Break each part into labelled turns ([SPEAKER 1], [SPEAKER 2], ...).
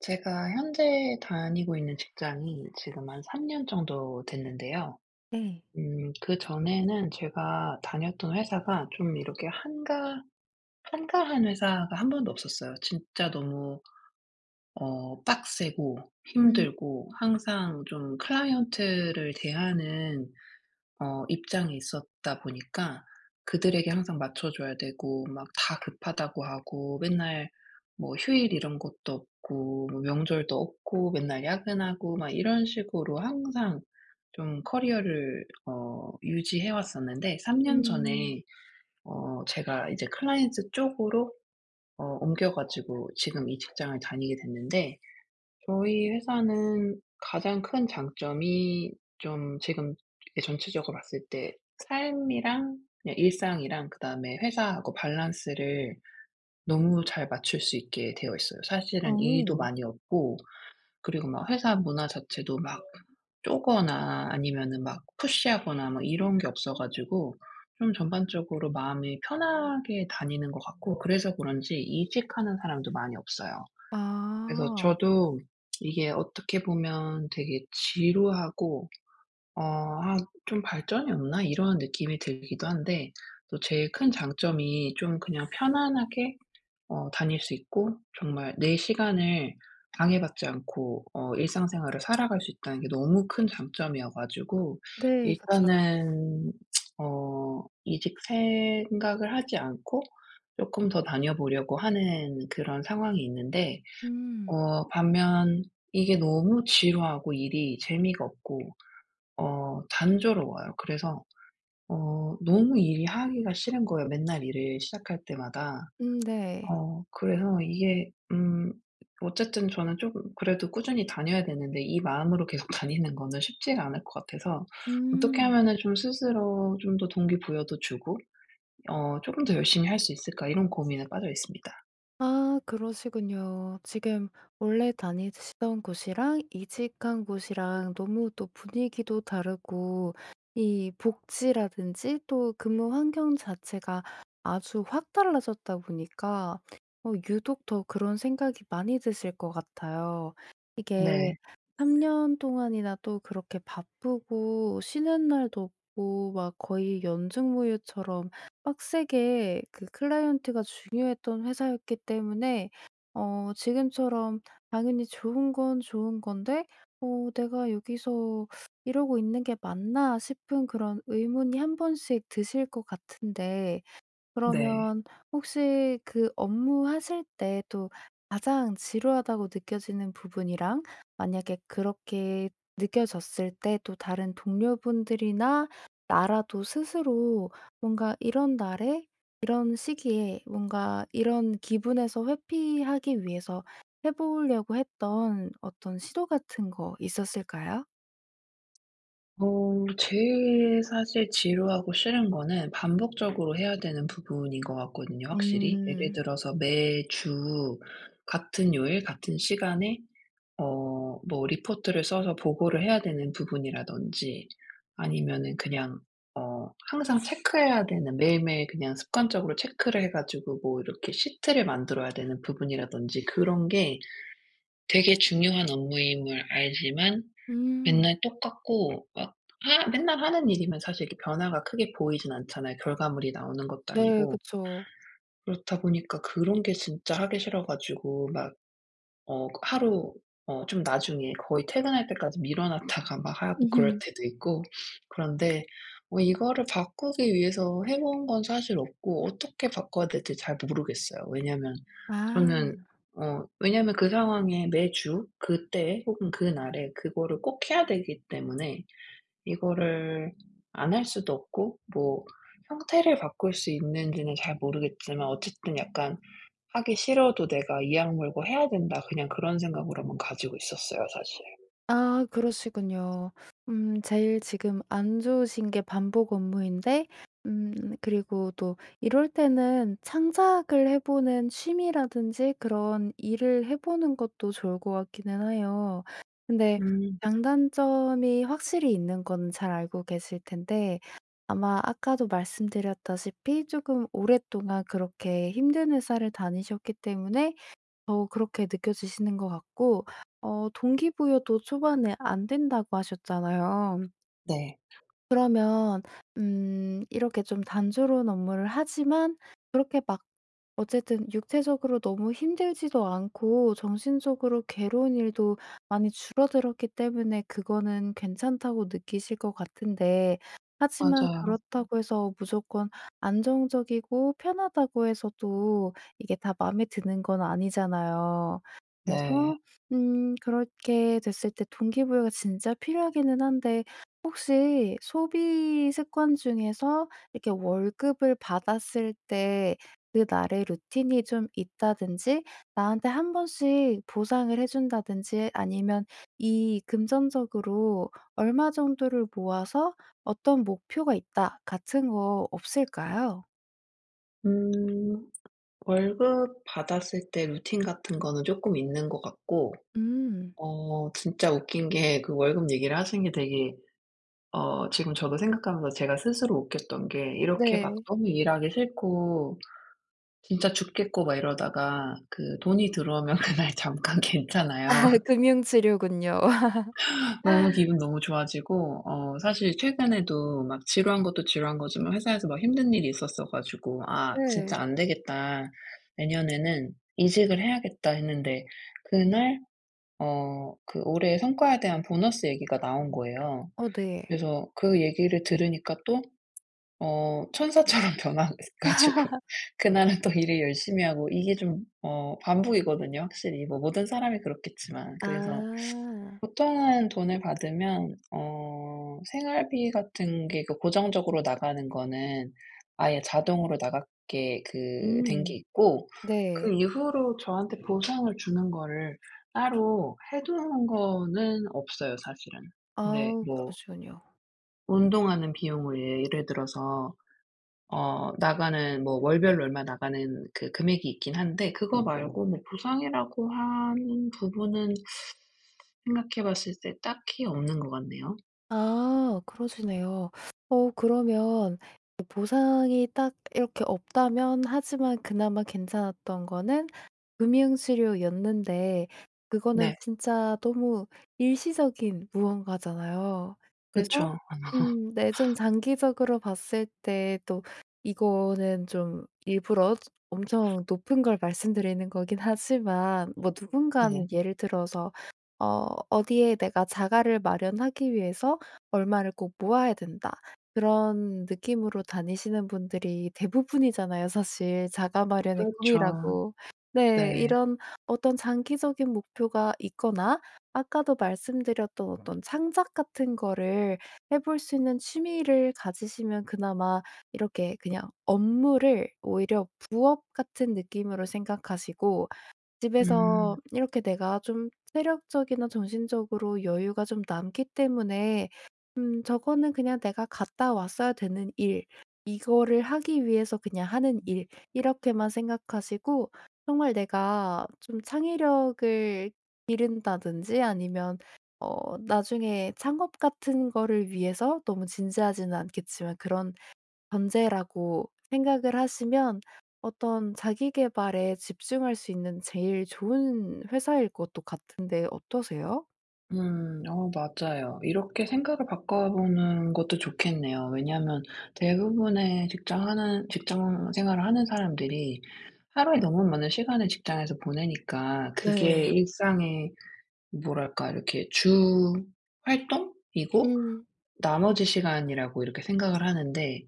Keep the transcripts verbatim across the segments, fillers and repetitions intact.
[SPEAKER 1] 제가 현재 다니고 있는 직장이 지금 한 삼 년 정도 됐는데요.
[SPEAKER 2] 네.
[SPEAKER 1] 음 그전에는 제가 다녔던 회사가 좀 이렇게 한가 한가한 회사가 한 번도 없었어요. 진짜 너무 어 빡세고
[SPEAKER 2] 음
[SPEAKER 1] 힘들고, 항상 좀 클라이언트를 대하는 어 입장이 있었다 보니까 그들에게 항상 맞춰줘야 되고, 막 다 급하다고 하고, 맨날 뭐 휴일 이런 것도 없고, 뭐 명절도 없고, 맨날 야근하고 막 이런 식으로 항상 좀 커리어를 어 유지해 왔었는데, 삼 년
[SPEAKER 2] 음.
[SPEAKER 1] 전에 어 제가 이제 클라이언트 쪽으로 어 옮겨 가지고 지금 이 직장을 다니게 됐는데, 저희 회사는 가장 큰 장점이 좀, 지금 전체적으로 봤을 때 삶이랑 그냥 일상이랑 그다음에 회사하고 밸런스를 너무 잘 맞출 수 있게 되어 있어요. 사실은 일도
[SPEAKER 2] 어.
[SPEAKER 1] 많이 없고, 그리고 막 회사 문화 자체도 막 쪼거나 아니면은 막 푸시하거나 막 이런 게 없어 가지고 좀 전반적으로 마음이 편하게 다니는 것 같고, 그래서 그런지 이직하는 사람도 많이 없어요. 그래서
[SPEAKER 2] 아.
[SPEAKER 1] 저도 이게 어떻게 보면 되게 지루하고, 어 '아, 좀 발전이 없나?' 이런 느낌이 들기도 한데, 또 제일 큰 장점이 좀 그냥 편안하게 어 다닐 수 있고, 정말 내 시간을 방해받지 않고 어 일상생활을 살아갈 수 있다는 게 너무 큰 장점이어 가지고,
[SPEAKER 2] 네. 그쵸.
[SPEAKER 1] 일단은 어 이직 생각을 하지 않고 쪼끔 더 다녀 보려고 하는 그런 상황이 있는데,
[SPEAKER 2] 음.
[SPEAKER 1] 어 반면 이게 너무 지루하고 일이 재미가 없고 어 단조로워요. 그래서 어 너무 일이 하기가 싫은 거예요, 맨날 일을 시작할 때마다.
[SPEAKER 2] 음 네.
[SPEAKER 1] 어 그래서 이게 음 어쨌든 저는 조금 그래도 꾸준히 다녀야 되는데, 이 마음으로 계속 다니는 거는 쉽지가 않을 것 같아서, '어떻게
[SPEAKER 2] 음.
[SPEAKER 1] 하면은 좀 스스로 좀 더 동기부여도 주고 어 조금 더 열심히 할 수 있을까?' 이런 고민에 빠져 있습니다.
[SPEAKER 2] 아 그러시군요. 지금 원래 다니시던 곳이랑 이직한 곳이랑 너무 또 분위기도 다르고 이 복지라든지 또 근무 환경 자체가 아주 확 달라졌다 보니까 어 유독 더 그런 생각이 많이 드실 것 같아요. 이게
[SPEAKER 1] 네.
[SPEAKER 2] 삼 년 동안이나 또 그렇게 바쁘고 쉬는 날도 없고 막 거의 연중무휴처럼 빡세게 그 클라이언트가 중요했던 회사였기 때문에 어 지금처럼 당연히 좋은 건 좋은 건데 '어 내가 여기서 이러고 있는 게 맞나?' 싶은 그런 의문이 한 번씩 드실 것 같은데
[SPEAKER 1] 네.
[SPEAKER 2] 그러면 혹시 그 업무하실 때 또 가장 지루하다고 느껴지는 부분이랑 만약에 그렇게 느껴졌을 때 또 다른 동료분들이나 나라도 스스로 뭔가 이런 날에 이런 시기에 뭔가 이런 기분에서 회피하기 위해서 해 보려고 했던 어떤 시도 같은 거 있었을까요?
[SPEAKER 1] 어 제일 사실 지루하고 싫은 거는 반복적으로 해야 되는 부분인 것 같거든요, 확실히. 예를
[SPEAKER 2] 음.
[SPEAKER 1] 들어서 매주 같은 요일 같은 시간에 어 뭐 리포트를 써서 보고를 해야 되는 부분이라든지, 아니면은 그냥 어 항상 체크해야 되는, 매일매일 그냥 습관적으로 체크를 해 가지고 뭐 이렇게 시트를 만들어야 되는 부분이라든지, 그런 게 되게 중요한 업무임을 알지만
[SPEAKER 2] 음.
[SPEAKER 1] 맨날 똑같고, 막 하 맨날 하는 일이면 사실 이렇게 변화가 크게 보이진 않잖아요, 결과물이 나오는 것도
[SPEAKER 2] 네.
[SPEAKER 1] 아니고.
[SPEAKER 2] 그쵸.
[SPEAKER 1] 그렇다 보니까 그런 게 진짜 하기 싫어 가지고, 막 어 하루, 어 좀 나중에 거의 퇴근할 때까지 미뤄 놨다가 막 하고 그럴 때도 있고. 그런데 어 이거를 바꾸기 위해서 해본 건 사실 없고, 어떻게 바꿔야 될지 잘 모르겠어요. 왜냐면
[SPEAKER 2] 아.
[SPEAKER 1] 저는 어 왜냐면 그 상황에 매주 그때에 혹은 그날에 그거를 꼭 해야 되기 때문에, 이거를 안 할 수도 없고, 뭐 형태를 바꿀 수 있는지는 잘 모르겠지만, 어쨌든 약간 '하기 싫어도 내가 이 악물고 해야 된다.' 그냥 그런 생각으로만 가지고 있었어요, 사실.
[SPEAKER 2] 아 그러시군요. 음 제일 지금 안 좋으신 게 반복 업무인데 음 그리고 또 이럴 때는 창작을 해 보는 취미라든지 그런 일을 해 보는 것도 좋을 것 같기는 해요. 근데
[SPEAKER 1] 음.
[SPEAKER 2] 장단점이 확실히 있는 건 잘 알고 계실 텐데 아마 아까도 말씀드렸다시피 조금 오랫동안 그렇게 힘든 회사를 다니셨기 때문에 어 그렇게 느껴지시는 것 같고 어 동기부여도 초반에 안 된다고 하셨잖아요.
[SPEAKER 1] 네.
[SPEAKER 2] 그러면 음 이렇게 좀 단조로운 업무를 하지만 그렇게 막 어쨌든 육체적으로 너무 힘들지도 않고 정신적으로 괴로운 일도 많이 줄어들었기 때문에 그거는 괜찮다고 느끼실 것 같은데 하지만
[SPEAKER 1] 맞아요.
[SPEAKER 2] 그렇다고 해서 무조건 안정적이고 편하다고 해서 또 이게 다 마음에 드는 건 아니잖아요.
[SPEAKER 1] 네.
[SPEAKER 2] 그래서 음 그렇게 됐을 때 동기부여가 진짜 필요하기는 한데 혹시 소비 습관 중에서 이렇게 월급을 받았을 때 그 날의 루틴이 좀 있다든지 나한테 한 번씩 보상을 해 준다든지 아니면 이 금전적으로 '얼마 정도를 모아서 어떤 목표가 있다.' 같은 거 없을까요?
[SPEAKER 1] 음 월급 받았을 때 루틴 같은 거는 조금 있는 것 같고,
[SPEAKER 2] 음.
[SPEAKER 1] 어 진짜 웃긴 게, 그 월급 얘기를 하신 게 되게, 어 지금 저도 생각하면서 제가 스스로 웃겼던 게, 이렇게 막
[SPEAKER 2] 네.
[SPEAKER 1] 너무 일하기 싫고 진짜 죽겠고 막 이러다가 그 돈이 들어오면 그날 잠깐 괜찮아요.
[SPEAKER 2] 금융치료군요.
[SPEAKER 1] 너무 기분 너무 좋아지고, 어 사실 최근에도 막 지루한 것도 지루한 거지만, 회사에서 막 힘든 일이 있었어 가지고 '아, 진짜
[SPEAKER 2] 네.
[SPEAKER 1] 안 되겠다. 내년에는 이직을 해야겠다.' 했는데, 그날 어 그 올해의 성과에 대한 보너스 얘기가 나온 거예요.
[SPEAKER 2] 어 네.
[SPEAKER 1] 그래서 그 얘기를 들으니까 또 어 천사처럼 변화 가지고 그날은 또 일을 열심히 하고, 이게 좀 어 반복이거든요, 확실히. 뭐 모든 사람이 그렇겠지만. 그래서
[SPEAKER 2] 아.
[SPEAKER 1] 보통은 돈을 받으면 어 생활비 같은 게, 그 고정적으로 나가는 거는 아예 자동으로 나가게 그 된 게
[SPEAKER 2] 음.
[SPEAKER 1] 있고, 그
[SPEAKER 2] 네.
[SPEAKER 1] 이후로 저한테 보상을 주는 거를 따로 해 두는 거는 없어요, 사실은. 근데
[SPEAKER 2] 아우
[SPEAKER 1] 뭐
[SPEAKER 2] 그러시군요.
[SPEAKER 1] 운동하는 비용을 예를 들어서 어 나가는, 뭐 월별로 얼마 나가는 그 금액이 있긴 한데, 그거 말고 뭐 보상이라고 하는 부분은 생각해 봤을 때 딱히 없는 것 같네요.
[SPEAKER 2] 아 그러시네요. 어 그러면 보상이 딱 이렇게 없다면 하지만 그나마 괜찮았던 거는 금융수료였는데 그거는
[SPEAKER 1] 네.
[SPEAKER 2] 진짜 너무 일시적인 무언가잖아요. 그래서
[SPEAKER 1] 그쵸.
[SPEAKER 2] 음 네 좀 장기적으로 봤을 때 또 이거는 좀 일부러 엄청 높은 걸 말씀드리는 거긴 하지만 뭐
[SPEAKER 1] 네.
[SPEAKER 2] 누군가는 예를 들어서 어 '어디에 내가 자가를 마련하기 위해서 얼마를 꼭 모아야 된다.' 그런 느낌으로 다니시는 분들이 대부분이잖아요 사실 자가 마련의
[SPEAKER 1] 그렇죠.
[SPEAKER 2] 꿈이라고. 네.
[SPEAKER 1] 네.
[SPEAKER 2] 이런 어떤 장기적인 목표가 있거나 아까도 말씀드렸던 어떤 창작 같은 거를 해볼 수 있는 취미를 가지시면 그나마 이렇게 그냥 업무를 오히려 부업 같은 느낌으로 생각하시고 집에서
[SPEAKER 1] 음.
[SPEAKER 2] 이렇게 내가 좀 체력적이나 정신적으로 여유가 좀 남기 때문에 음 저거는 그냥 내가 갔다 왔어야 되는 일, 이거를 하기 위해서 그냥 하는 일 이렇게만 생각하시고 정말 내가 좀 창의력을 기른다든지 아니면 어 나중에 창업 같은 거를 위해서 너무 진지하지는 않겠지만 그런 전제라고 생각을 하시면 어떤 자기 계발에 집중할 수 있는 제일 좋은 회사일 것도 같은데 어떠세요?
[SPEAKER 1] 음. 어 맞아요. 이렇게 생각을 바꿔보는 것도 좋겠네요. 왜냐하면 대부분의 직장하는 직장 생활을 하는 사람들이 하루에 너무 많은 시간을 직장에서 보내니까, 그게
[SPEAKER 2] 네.
[SPEAKER 1] 일상의, 뭐랄까, 이렇게 주 활동이고 나머지 시간이라고 이렇게 생각을 하는데,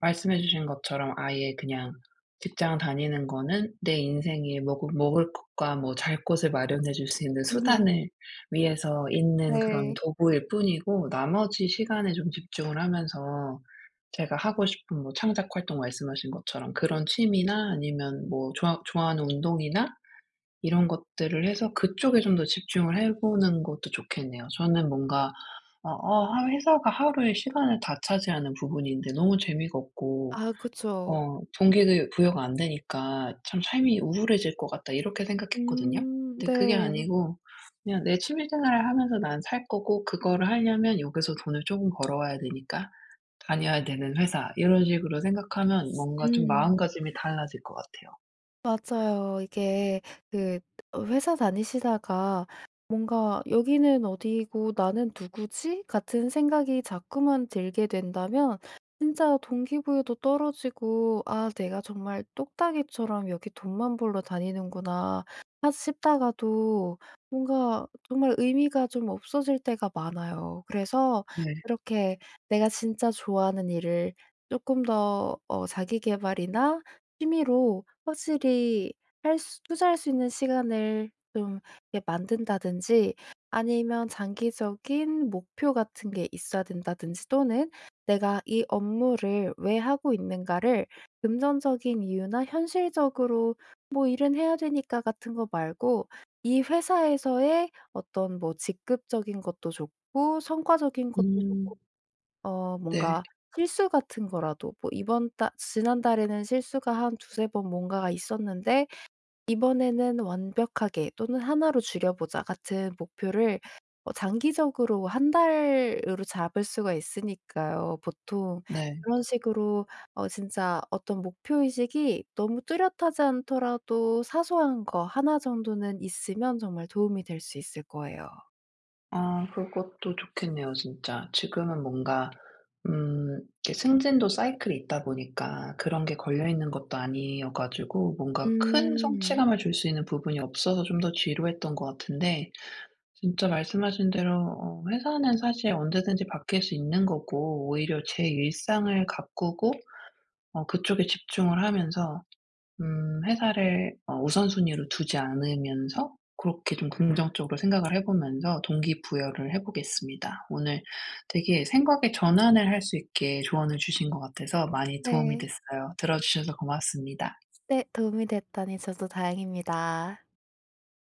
[SPEAKER 1] 말씀해 주신 것처럼 아예 그냥 직장 다니는 거는 내 인생에 먹을 먹을 것과 뭐 잘 곳을 마련해 줄 수 있는 수단을 위해서 있는 그런
[SPEAKER 2] 네.
[SPEAKER 1] 도구일 뿐이고, 나머지 시간에 좀 집중을 하면서 제가 하고 싶은 뭐 창작 활동, 말씀하신 것처럼 그런 취미나, 아니면 뭐 좋아 좋아하는 운동이나, 이런 것들을 해서 그쪽에 좀 더 집중을 해 보는 것도 좋겠네요. 저는 뭔가 어 어 하 회사가 하루에 시간을 다 차지하는 부분인데 너무 재미가 없고
[SPEAKER 2] 아 그쵸.
[SPEAKER 1] 어 동기가 부여가 안 되니까 '참, 삶이 우울해질 것 같다.' 이렇게 생각했거든요.
[SPEAKER 2] 음.
[SPEAKER 1] 근데 그게
[SPEAKER 2] 네.
[SPEAKER 1] 아니고 그냥 내 취미 생활을 하면서 난 살 거고, 그거를 하려면 여기서 돈을 조금 벌어와야 되니까 다녀야 되는 회사, 이런 식으로 생각하면 뭔가 좀
[SPEAKER 2] 음.
[SPEAKER 1] 마음가짐이 달라질 것 같아요.
[SPEAKER 2] 맞아요. 이게 그 어 회사 다니시다가 뭔가 '여기는 어디고 나는 누구지?' 같은 생각이 자꾸만 들게 된다면 진짜 동기부여도 떨어지고 '아 내가 정말 똑딱이처럼 여기 돈만 벌러 다니는구나.' 하 싶다가도 뭔가 정말 의미가 좀 없어질 때가 많아요. 그래서
[SPEAKER 1] 네.
[SPEAKER 2] 이렇게 내가 진짜 좋아하는 일을 조금 더 어 자기 개발이나 취미로 확실히 할 수 투자할 수 있는 시간을 좀 이렇게 만든다든지 아니면 장기적인 목표 같은 게 있어야 된다든지 또는 '내가 이 업무를 왜 하고 있는가를 금전적인 이유나 현실적으로 뭐 일은 해야 되니까.' 같은 거 말고 이 회사에서의 어떤 뭐 직급적인 것도 좋고 성과적인 것도 좋고
[SPEAKER 1] 음.
[SPEAKER 2] 어
[SPEAKER 1] 네.
[SPEAKER 2] 뭔가 실수 같은 거라도 뭐 이번 달 지난달에는 실수가 한 두세 번 뭔가가 있었는데 이번에는 '완벽하게 또는 하나로 줄여보자.' 같은 목표를 어 장기적으로 한 달으로 잡을 수가 있으니까요. 보통
[SPEAKER 1] 네.
[SPEAKER 2] 그런 식으로 어 진짜 어떤 목표 의식이 너무 뚜렷하지 않더라도 사소한 거 하나 정도는 있으면 정말 도움이 될 수 있을 거예요.
[SPEAKER 1] 아, 그것도 좋겠네요, 진짜. 지금은 뭔가 음 이렇게 승진도 사이클이 있다 보니까 그런 게 걸려 있는 것도 아니어 가지고, 뭔가 큰
[SPEAKER 2] 음.
[SPEAKER 1] 성취감을 줄 수 있는 부분이 없어서 좀 더 지루했던 것 같은데, 진짜 말씀하신 대로 어 회사는 사실 언제든지 바뀔 수 있는 거고, 오히려 제 일상을 가꾸고 어 그쪽에 집중을 하면서 음 회사를 어 우선순위로 두지 않으면서 그렇게 좀 긍정적으로 생각을 해 보면서 동기부여를 해 보겠습니다. 오늘 되게 생각의 전환을 할 수 있게 조언을 주신 것 같아서 많이 도움이
[SPEAKER 2] 네.
[SPEAKER 1] 됐어요. 들어 주셔서 고맙습니다.
[SPEAKER 2] 네. 도움이 됐다니 저도 다행입니다.